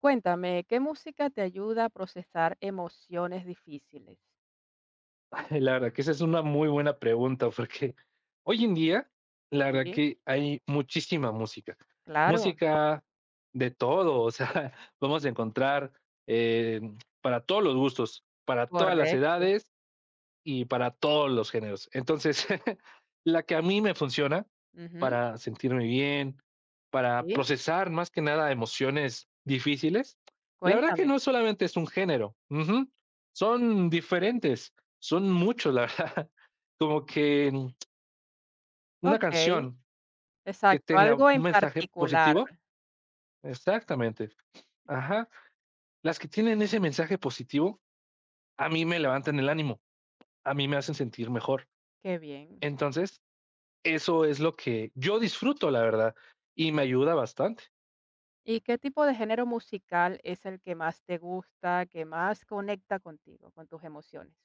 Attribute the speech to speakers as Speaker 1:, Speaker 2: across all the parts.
Speaker 1: Cuéntame, ¿qué música te ayuda a procesar emociones difíciles?
Speaker 2: La verdad que esa es una muy buena pregunta, porque hoy en día, la verdad
Speaker 1: Sí,
Speaker 2: que hay muchísima música.
Speaker 1: claro,
Speaker 2: Música de todo, o sea, vamos a encontrar eh, para todos los gustos, para todas las
Speaker 1: correcto.
Speaker 2: edades y para todos los géneros. Entonces, la que a mí me funciona
Speaker 1: Ujú,
Speaker 2: para sentirme bien, para
Speaker 1: sí,
Speaker 2: procesar más que nada emociones difíciles, la verdad que
Speaker 1: cuéntame.
Speaker 2: no solamente es un género, uh -huh. Son diferentes, son muchos, la verdad. Como que una
Speaker 1: Okey,
Speaker 2: canción que
Speaker 1: exacto,
Speaker 2: tenga un
Speaker 1: algo en
Speaker 2: mensaje
Speaker 1: particular.
Speaker 2: positivo, exactamente. Ajá. Las que tienen ese mensaje positivo, a mí me levantan el ánimo, a mí me hacen sentir mejor.
Speaker 1: Qué bien.
Speaker 2: Entonces, eso es lo que yo disfruto, la verdad, y me ayuda bastante.
Speaker 1: ¿Y qué tipo de género musical es el que más te gusta, que más conecta contigo, con tus emociones?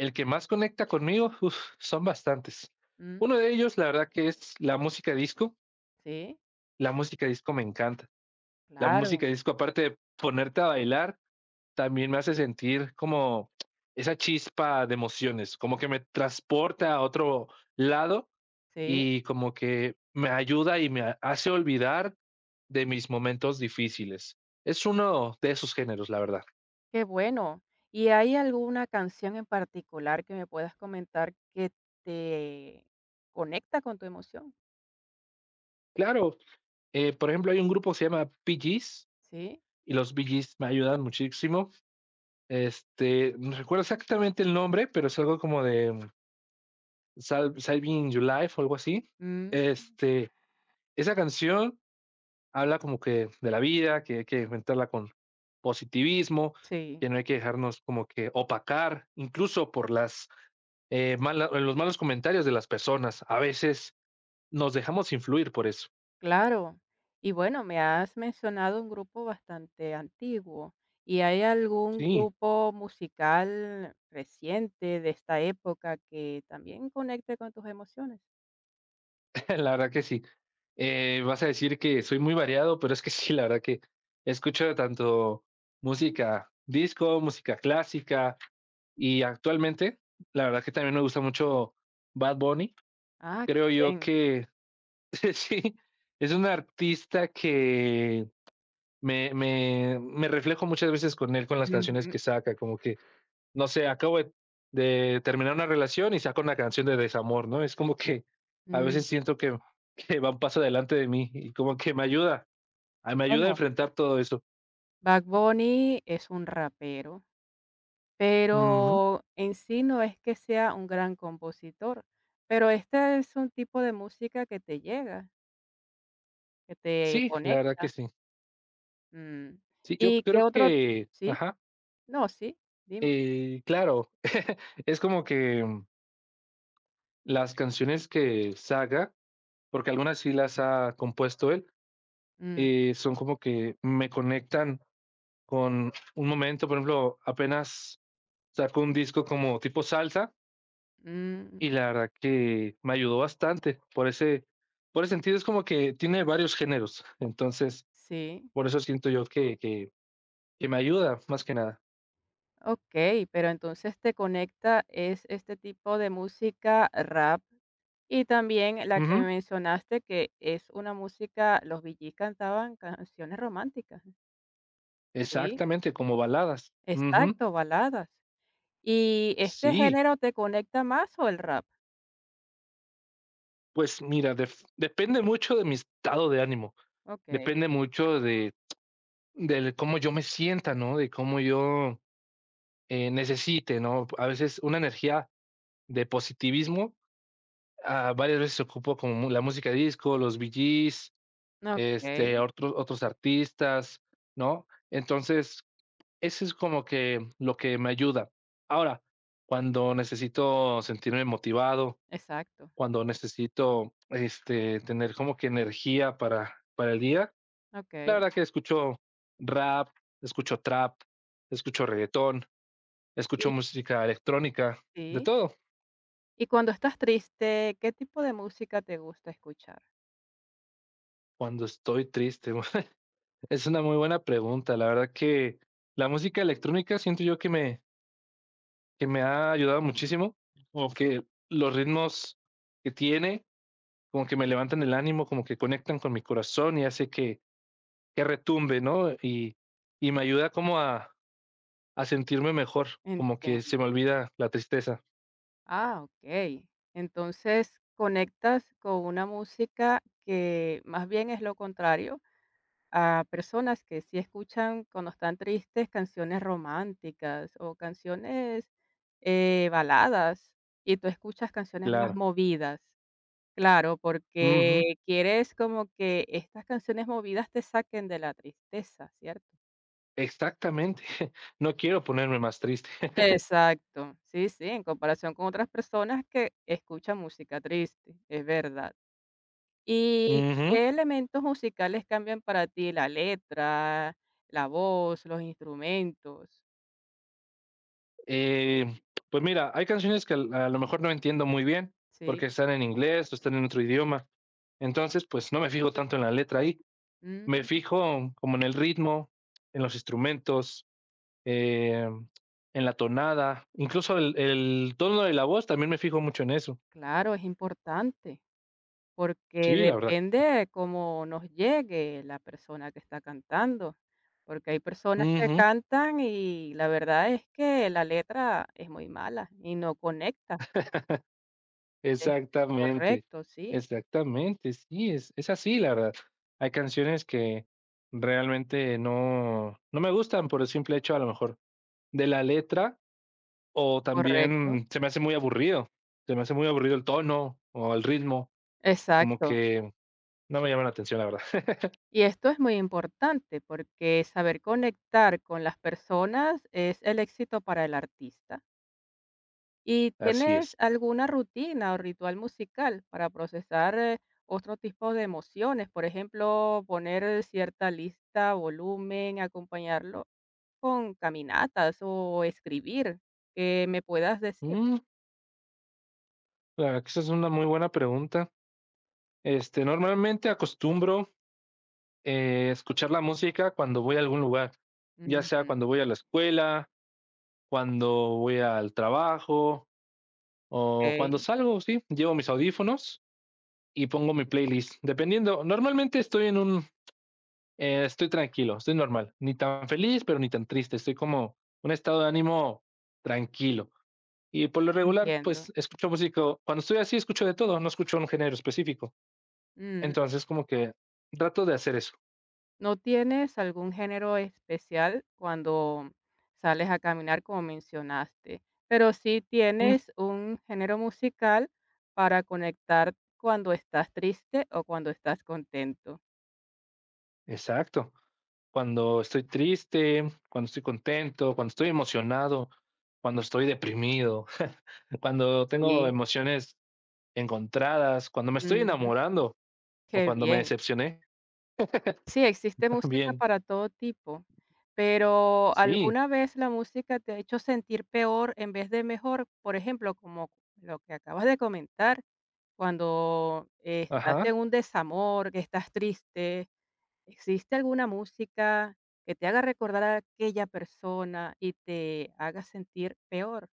Speaker 2: El que más conecta conmigo, uf, son bastantes.
Speaker 1: Mm,
Speaker 2: Uno de ellos, la verdad que es la música disco.
Speaker 1: sí,
Speaker 2: La música disco me encanta. La
Speaker 1: claro,
Speaker 2: música disco, aparte de ponerte a bailar, también me hace sentir como esa chispa de emociones, como que me transporta a otro lado
Speaker 1: sí,
Speaker 2: y como que me ayuda y me hace olvidar de mis momentos difíciles. Es uno de esos géneros, la verdad.
Speaker 1: qué bueno. ¿Y hay alguna canción en particular que me puedas comentar que te conecta con tu emoción?
Speaker 2: Claro, por ejemplo, hay un grupo que se llama PGs
Speaker 1: Sí,
Speaker 2: y los BGs me ayudan muchísimo. Este, no recuerdo exactamente el nombre, pero es algo como de Salving Your Life o algo así.
Speaker 1: mm,
Speaker 2: Este, esa canción habla como que de la vida, que hay que enfrentarla con positivismo,
Speaker 1: sí,
Speaker 2: que no hay que dejarnos como que opacar, incluso por las los malos comentarios de las personas. A veces nos dejamos influir por eso.
Speaker 1: claro. Y bueno, me has mencionado un grupo bastante antiguo. ¿Y hay algún
Speaker 2: Sí,
Speaker 1: grupo musical reciente de esta época que también conecte con tus emociones?
Speaker 2: la verdad que sí. Vas a decir que soy muy variado, pero es que sí, la verdad que escucho de tanto música disco, música clásica y actualmente, la verdad que también me gusta mucho Bad Bunny.
Speaker 1: Ah, qué
Speaker 2: Creo yo
Speaker 1: bien.
Speaker 2: que sí, es un artista que me reflejo muchas veces con él, con las canciones
Speaker 1: Ujú,
Speaker 2: que saca, como que no sé, de terminar una relación y saco una canción de desamor, ¿no? Es como que a veces
Speaker 1: mm,
Speaker 2: siento que va un paso adelante de mí y como que me ayuda, me ayuda a
Speaker 1: Bueno,
Speaker 2: enfrentar todo eso.
Speaker 1: Bad Bunny es un rapero,
Speaker 2: Ujú.
Speaker 1: pero en sí no es que sea un gran compositor, pero este es un tipo de música que te llega, que te
Speaker 2: Sí, la verdad
Speaker 1: conecta.
Speaker 2: que sí.
Speaker 1: Mm.
Speaker 2: Sí, yo
Speaker 1: ¿Y qué
Speaker 2: creo
Speaker 1: otro?
Speaker 2: que,
Speaker 1: Sí,
Speaker 2: ajá,
Speaker 1: no, sí, dime.
Speaker 2: claro, es como que las canciones que saca, porque algunas sí las ha compuesto él,
Speaker 1: Mm,
Speaker 2: son como que me conectan con un momento, por ejemplo, apenas sacó un disco como tipo salsa,
Speaker 1: mm,
Speaker 2: y la verdad que me ayudó bastante, por ese sentido es como que tiene varios géneros, entonces,
Speaker 1: sí,
Speaker 2: por eso siento yo que que me ayuda, más que nada.
Speaker 1: okey, pero entonces te conecta es este tipo de música rap y también la que
Speaker 2: Ujú,
Speaker 1: mencionaste que es una música los VG cantaban canciones románticas. Sí,
Speaker 2: exactamente, como baladas. Ujú,
Speaker 1: exacto, baladas. ¿Y este
Speaker 2: sí,
Speaker 1: género te conecta más o el rap?
Speaker 2: pues mira, def depende mucho de mi estado de ánimo,
Speaker 1: Okey,
Speaker 2: depende mucho de del cómo yo me sienta, ¿no? De cómo yo, necesite, ¿no? A veces una energía de positivismo, varias veces ocupo como mu la música disco, los Bee Gees, este,
Speaker 1: okey,
Speaker 2: otros artistas, ¿no? Entonces, eso es como que lo que me ayuda. Ahora, cuando necesito sentirme motivado,
Speaker 1: exacto,
Speaker 2: cuando necesito este, tener como que energía para el día, la
Speaker 1: okey.
Speaker 2: verdad que escucho rap, escucho trap, escucho reggaetón,
Speaker 1: Y
Speaker 2: escucho música electrónica, de
Speaker 1: sí.
Speaker 2: todo.
Speaker 1: Y cuando estás triste, ¿qué tipo de música te gusta escuchar?
Speaker 2: Cuando estoy triste, es una muy buena pregunta. La verdad que la música electrónica siento yo que me ha ayudado muchísimo, como que los ritmos que tiene, como que me levantan el ánimo, como que conectan con mi corazón y hace que retumbe, ¿no? Y me ayuda a sentirme mejor, como que se me
Speaker 1: Entiendo.
Speaker 2: olvida la tristeza,
Speaker 1: Ah, okey. Entonces, conectas con una música que más bien es lo contrario a personas que sí escuchan cuando están tristes canciones románticas o canciones, baladas, y tú escuchas canciones más
Speaker 2: claro.
Speaker 1: movidas. Claro,
Speaker 2: Ujú,
Speaker 1: porque quieres como que estas canciones movidas te saquen de la tristeza, ¿cierto?
Speaker 2: exactamente, no quiero ponerme más triste.
Speaker 1: Exacto, sí, sí, en comparación con otras personas que escuchan música triste, es verdad. ¿Y
Speaker 2: Ujú.
Speaker 1: qué elementos musicales cambian para ti? La letra, la voz, los instrumentos,
Speaker 2: Eh, pues mira, hay canciones que a lo mejor no entiendo muy bien
Speaker 1: ¿sí?
Speaker 2: porque están en inglés o están en otro idioma. Entonces, pues no me fijo tanto en la letra ahí,
Speaker 1: Mm,
Speaker 2: me fijo como en el ritmo, en los instrumentos, eh, en la tonada, incluso el tono de la voz, también me fijo mucho en eso.
Speaker 1: claro, es importante, porque
Speaker 2: Sí, la verdad
Speaker 1: depende
Speaker 2: que sí.
Speaker 1: de cómo nos llegue la persona que está cantando, porque hay personas que
Speaker 2: Ujú,
Speaker 1: cantan y la verdad es que la letra es muy mala y no conecta. Es
Speaker 2: exactamente,
Speaker 1: correcto, sí.
Speaker 2: exactamente, sí, es así, la verdad. Hay canciones que realmente no, no me gustan por el simple hecho, a lo mejor, de la letra o
Speaker 1: Correcto,
Speaker 2: también se me hace muy aburrido, se me hace muy aburrido el tono o el ritmo, como
Speaker 1: exacto.
Speaker 2: que no me llama la atención, la verdad.
Speaker 1: Y esto es muy importante porque saber conectar con las personas es el éxito para el artista. ¿Y
Speaker 2: Así
Speaker 1: tienes
Speaker 2: es.
Speaker 1: alguna rutina o ritual musical para procesar otro tipo de emociones? Por ejemplo, poner cierta lista, volumen, acompañarlo con caminatas o escribir, que me puedas decir.
Speaker 2: Mm, la verdad que esa es una muy buena pregunta. Este, normalmente acostumbro escuchar la música cuando voy a algún lugar, ya sea
Speaker 1: Ujú,
Speaker 2: cuando voy a la escuela, cuando voy al trabajo
Speaker 1: ok,
Speaker 2: o cuando salgo, sí, llevo mis audífonos y pongo mi playlist. Dependiendo, normalmente estoy en estoy tranquilo, estoy normal, ni tan feliz, pero ni tan triste, estoy como un estado de ánimo tranquilo. Y por lo regular,
Speaker 1: entiendo.
Speaker 2: pues escucho música, cuando estoy así, escucho de todo, no escucho un género específico.
Speaker 1: Mm.
Speaker 2: Entonces, como que trato de hacer eso.
Speaker 1: ¿No tienes algún género especial cuando sales a caminar, como mencionaste? Pero sí
Speaker 2: Mm,
Speaker 1: tienes un género musical para conectar cuando estás triste o cuando estás contento.
Speaker 2: exacto. Cuando estoy triste, cuando estoy contento, cuando estoy emocionado, cuando estoy deprimido, cuando tengo
Speaker 1: Sí.
Speaker 2: emociones encontradas, cuando me estoy
Speaker 1: Ujú,
Speaker 2: enamorando o
Speaker 1: qué
Speaker 2: cuando me
Speaker 1: bien.
Speaker 2: decepcioné
Speaker 1: Sí, existe música
Speaker 2: también.
Speaker 1: para todo tipo, pero
Speaker 2: Sí,
Speaker 1: ¿alguna vez la música te ha hecho sentir peor en vez de mejor? Por ejemplo, como lo que acabas de comentar. Cuando estás
Speaker 2: ajá.
Speaker 1: en un desamor, que estás triste, ¿existe alguna música que te haga recordar a aquella persona y te haga sentir peor?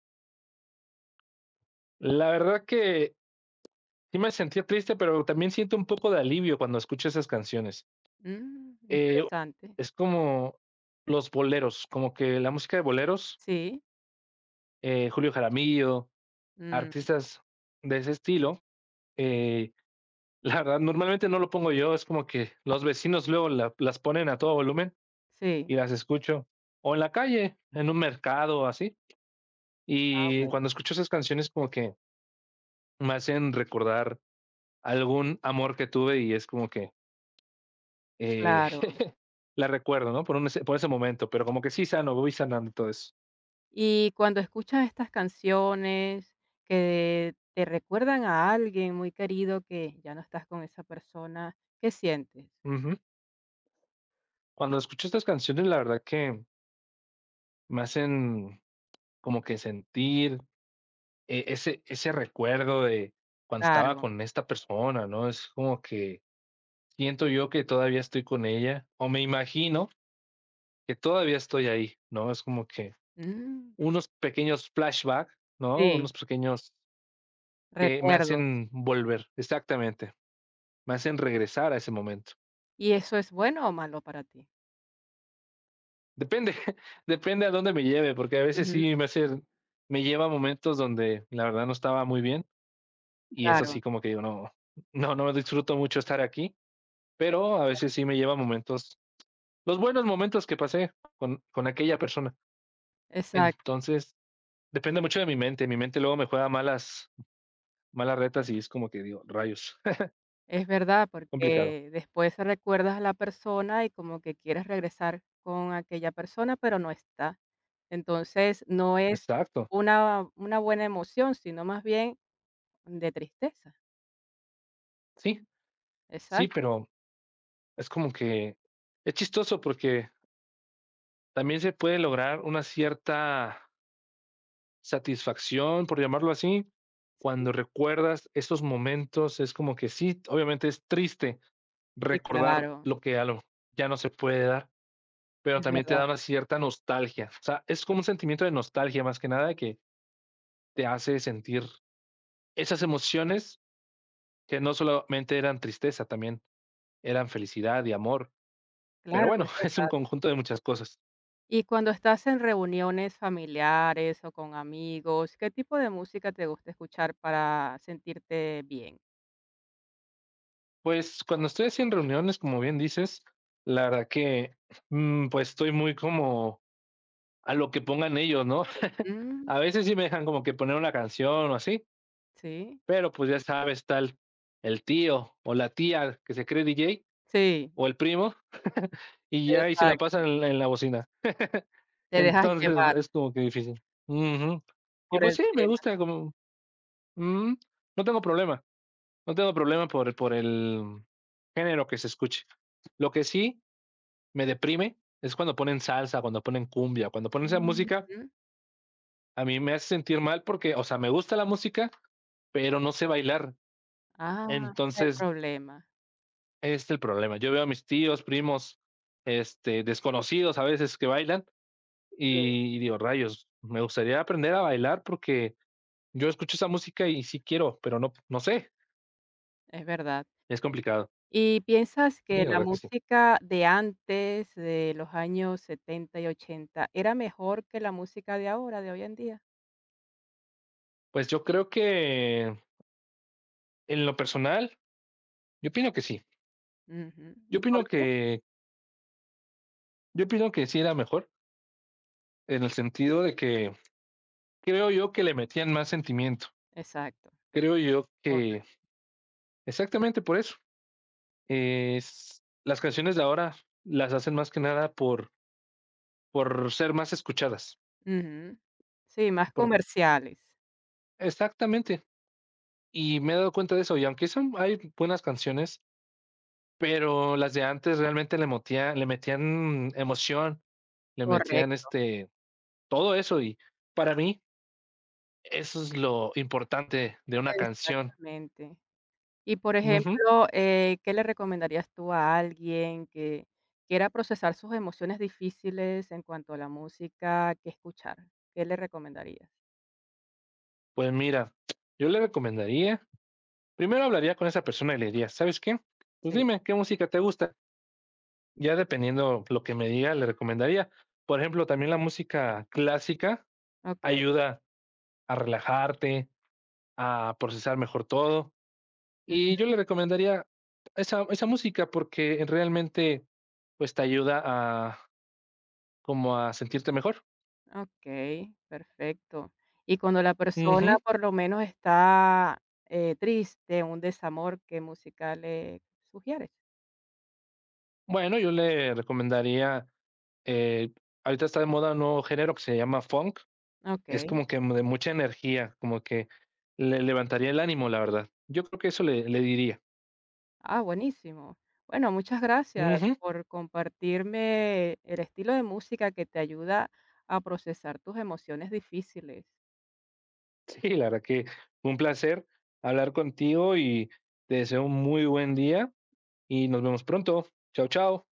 Speaker 2: La verdad que sí me sentía triste, pero también siento un poco de alivio cuando escucho esas canciones.
Speaker 1: Mm,
Speaker 2: Eh,
Speaker 1: interesante.
Speaker 2: es como los boleros, como que la música de boleros
Speaker 1: Sí,
Speaker 2: Julio Jaramillo,
Speaker 1: mm,
Speaker 2: artistas de ese estilo. Eh, la verdad, normalmente no lo pongo yo, es como que los vecinos luego las ponen a todo volumen
Speaker 1: sí,
Speaker 2: y las escucho, o en la calle, en un mercado, así.
Speaker 1: está
Speaker 2: Y
Speaker 1: bueno,
Speaker 2: cuando escucho esas canciones, como que me hacen recordar algún amor que tuve y es como que eh,
Speaker 1: claro.
Speaker 2: la recuerdo, ¿no? Un por ese momento, pero como que sí sano, voy sanando todo eso.
Speaker 1: Y cuando escuchas estas canciones que te recuerdan a alguien muy querido que ya no estás con esa persona, ¿qué sientes?
Speaker 2: Ujú. Cuando escucho estas canciones, la verdad que me hacen como que sentir, ese recuerdo de cuando estaba
Speaker 1: Claro.
Speaker 2: con esta persona, ¿no? Es como que siento yo que todavía estoy con ella, o me imagino que todavía estoy ahí, ¿no? Es como que
Speaker 1: Mm,
Speaker 2: unos pequeños flashbacks, ¿no? Unos
Speaker 1: sí,
Speaker 2: pequeños que me
Speaker 1: recuerdos.
Speaker 2: hacen volver, exactamente, me hacen regresar a ese momento.
Speaker 1: ¿Y eso es bueno o malo para ti?
Speaker 2: Depende, depende a dónde me lleve, porque a veces
Speaker 1: Ujú.
Speaker 2: sí me lleva a momentos donde la verdad no estaba muy bien y eso
Speaker 1: Claro,
Speaker 2: sí como que digo, no, no, no disfruto mucho estar aquí, pero a veces sí me lleva momentos, los buenos momentos que pasé con aquella persona.
Speaker 1: exacto.
Speaker 2: Entonces, depende mucho de mi mente. Mi mente luego me juega malas retas y es como que digo, rayos,
Speaker 1: Es verdad,
Speaker 2: complicado.
Speaker 1: porque después recuerdas a la persona y como que quieres regresar con aquella persona, pero no está. Entonces, no es
Speaker 2: Exacto.
Speaker 1: una buena emoción, sino más bien de tristeza.
Speaker 2: Sí, sí,
Speaker 1: Exacto,
Speaker 2: pero es como que es chistoso porque también se puede lograr una cierta satisfacción, por llamarlo así,
Speaker 1: sí,
Speaker 2: cuando recuerdas esos momentos. Es como que sí, obviamente es triste
Speaker 1: sí,
Speaker 2: recordar
Speaker 1: claro,
Speaker 2: lo que algo ya no se puede dar, pero
Speaker 1: es
Speaker 2: también te
Speaker 1: verdad.
Speaker 2: da una cierta nostalgia. O sea, es como un sentimiento de nostalgia más que nada que te hace sentir esas emociones que no solamente eran tristeza, también eran felicidad y amor. Pero
Speaker 1: Claro,
Speaker 2: bueno,
Speaker 1: es
Speaker 2: es un
Speaker 1: verdad.
Speaker 2: conjunto de muchas cosas.
Speaker 1: Y cuando estás en reuniones familiares o con amigos, ¿qué tipo de música te gusta escuchar para sentirte bien?
Speaker 2: Pues cuando estoy así en reuniones, como bien dices, la verdad que pues estoy muy como a lo que pongan ellos, ¿no?
Speaker 1: Mm.
Speaker 2: A veces sí me dejan como que poner una canción o así,
Speaker 1: Sí,
Speaker 2: pero pues ya sabes, tal el tío o la tía que se cree DJ
Speaker 1: sí,
Speaker 2: o el primo, y ya ahí se la
Speaker 1: exacto,
Speaker 2: pasan en en la bocina.
Speaker 1: te dejas
Speaker 2: Entonces
Speaker 1: llevar
Speaker 2: es como que difícil. Ujú. Y
Speaker 1: por
Speaker 2: pues
Speaker 1: el
Speaker 2: sí, me
Speaker 1: tema.
Speaker 2: gusta como, mm, no tengo problema, no tengo problema por el género que se escuche. Lo que sí me deprime es cuando ponen salsa, cuando ponen cumbia, cuando ponen esa música,
Speaker 1: Ujú.
Speaker 2: a mí me hace sentir mal porque, o sea, me gusta la música, pero no sé bailar.
Speaker 1: Ah, ese es el
Speaker 2: Entonces,
Speaker 1: problema.
Speaker 2: este es el problema. Yo veo a mis tíos, primos, este, desconocidos a veces que bailan
Speaker 1: Sí.
Speaker 2: y digo, rayos, me gustaría aprender a bailar porque yo escucho esa música y sí quiero, pero no, no sé,
Speaker 1: Es verdad.
Speaker 2: es complicado.
Speaker 1: ¿Y piensas
Speaker 2: Sí,
Speaker 1: que
Speaker 2: la
Speaker 1: la
Speaker 2: verdad que sí.
Speaker 1: música de antes, de los años 70 y 80, era mejor que la música de ahora, de hoy en día?
Speaker 2: Pues yo creo que en lo personal, yo opino que sí.
Speaker 1: Ujú,
Speaker 2: Yo
Speaker 1: ¿y por
Speaker 2: opino
Speaker 1: qué?
Speaker 2: que, yo opino que sí era mejor, en el sentido de que creo yo que le metían más sentimiento.
Speaker 1: Exacto,
Speaker 2: Creo yo
Speaker 1: correcto.
Speaker 2: que exactamente por eso. Es, las canciones de ahora las hacen más que nada por ser más escuchadas.
Speaker 1: Ujú. Sí, más
Speaker 2: Por,
Speaker 1: comerciales.
Speaker 2: exactamente, y me he dado cuenta de eso, y aunque son hay buenas canciones, pero las de antes realmente le metían emoción, le metían,
Speaker 1: Correcto,
Speaker 2: este, todo eso, y para mí eso es lo importante de una canción.
Speaker 1: exactamente. Y, por
Speaker 2: Ujú.
Speaker 1: ejemplo, ¿qué le recomendarías tú a alguien que quiera procesar sus emociones difíciles en cuanto a la música? ¿Que escuchar? ¿Qué le recomendarías?
Speaker 2: Pues mira, yo le recomendaría primero hablaría con esa persona y le diría: "¿Sabes qué? Pues
Speaker 1: Sí,
Speaker 2: dime, ¿qué música te gusta?". Ya dependiendo lo que me diga, le recomendaría. Por ejemplo, también la música clásica
Speaker 1: okey,
Speaker 2: ayuda a relajarte, a procesar mejor todo.
Speaker 1: ujú,
Speaker 2: Y yo le recomendaría esa música porque realmente, pues, te ayuda a como a sentirte mejor.
Speaker 1: okey, perfecto. Y cuando la persona,
Speaker 2: Ujú.
Speaker 1: por lo menos, está, triste, un desamor, ¿qué música le sugieres?
Speaker 2: Bueno, yo le recomendaría, eh, ahorita está de moda un nuevo género que se llama funk. Es
Speaker 1: Okey.
Speaker 2: como que de mucha energía, como que le levantaría el ánimo, la verdad. Yo creo que eso le diría.
Speaker 1: Ah, buenísimo. Bueno, muchas gracias
Speaker 2: Ujú.
Speaker 1: por compartirme el estilo de música que te ayuda a procesar tus emociones difíciles.
Speaker 2: Sí, la verdad que fue un placer hablar contigo y te deseo un muy buen día y nos vemos pronto. Chao, chao.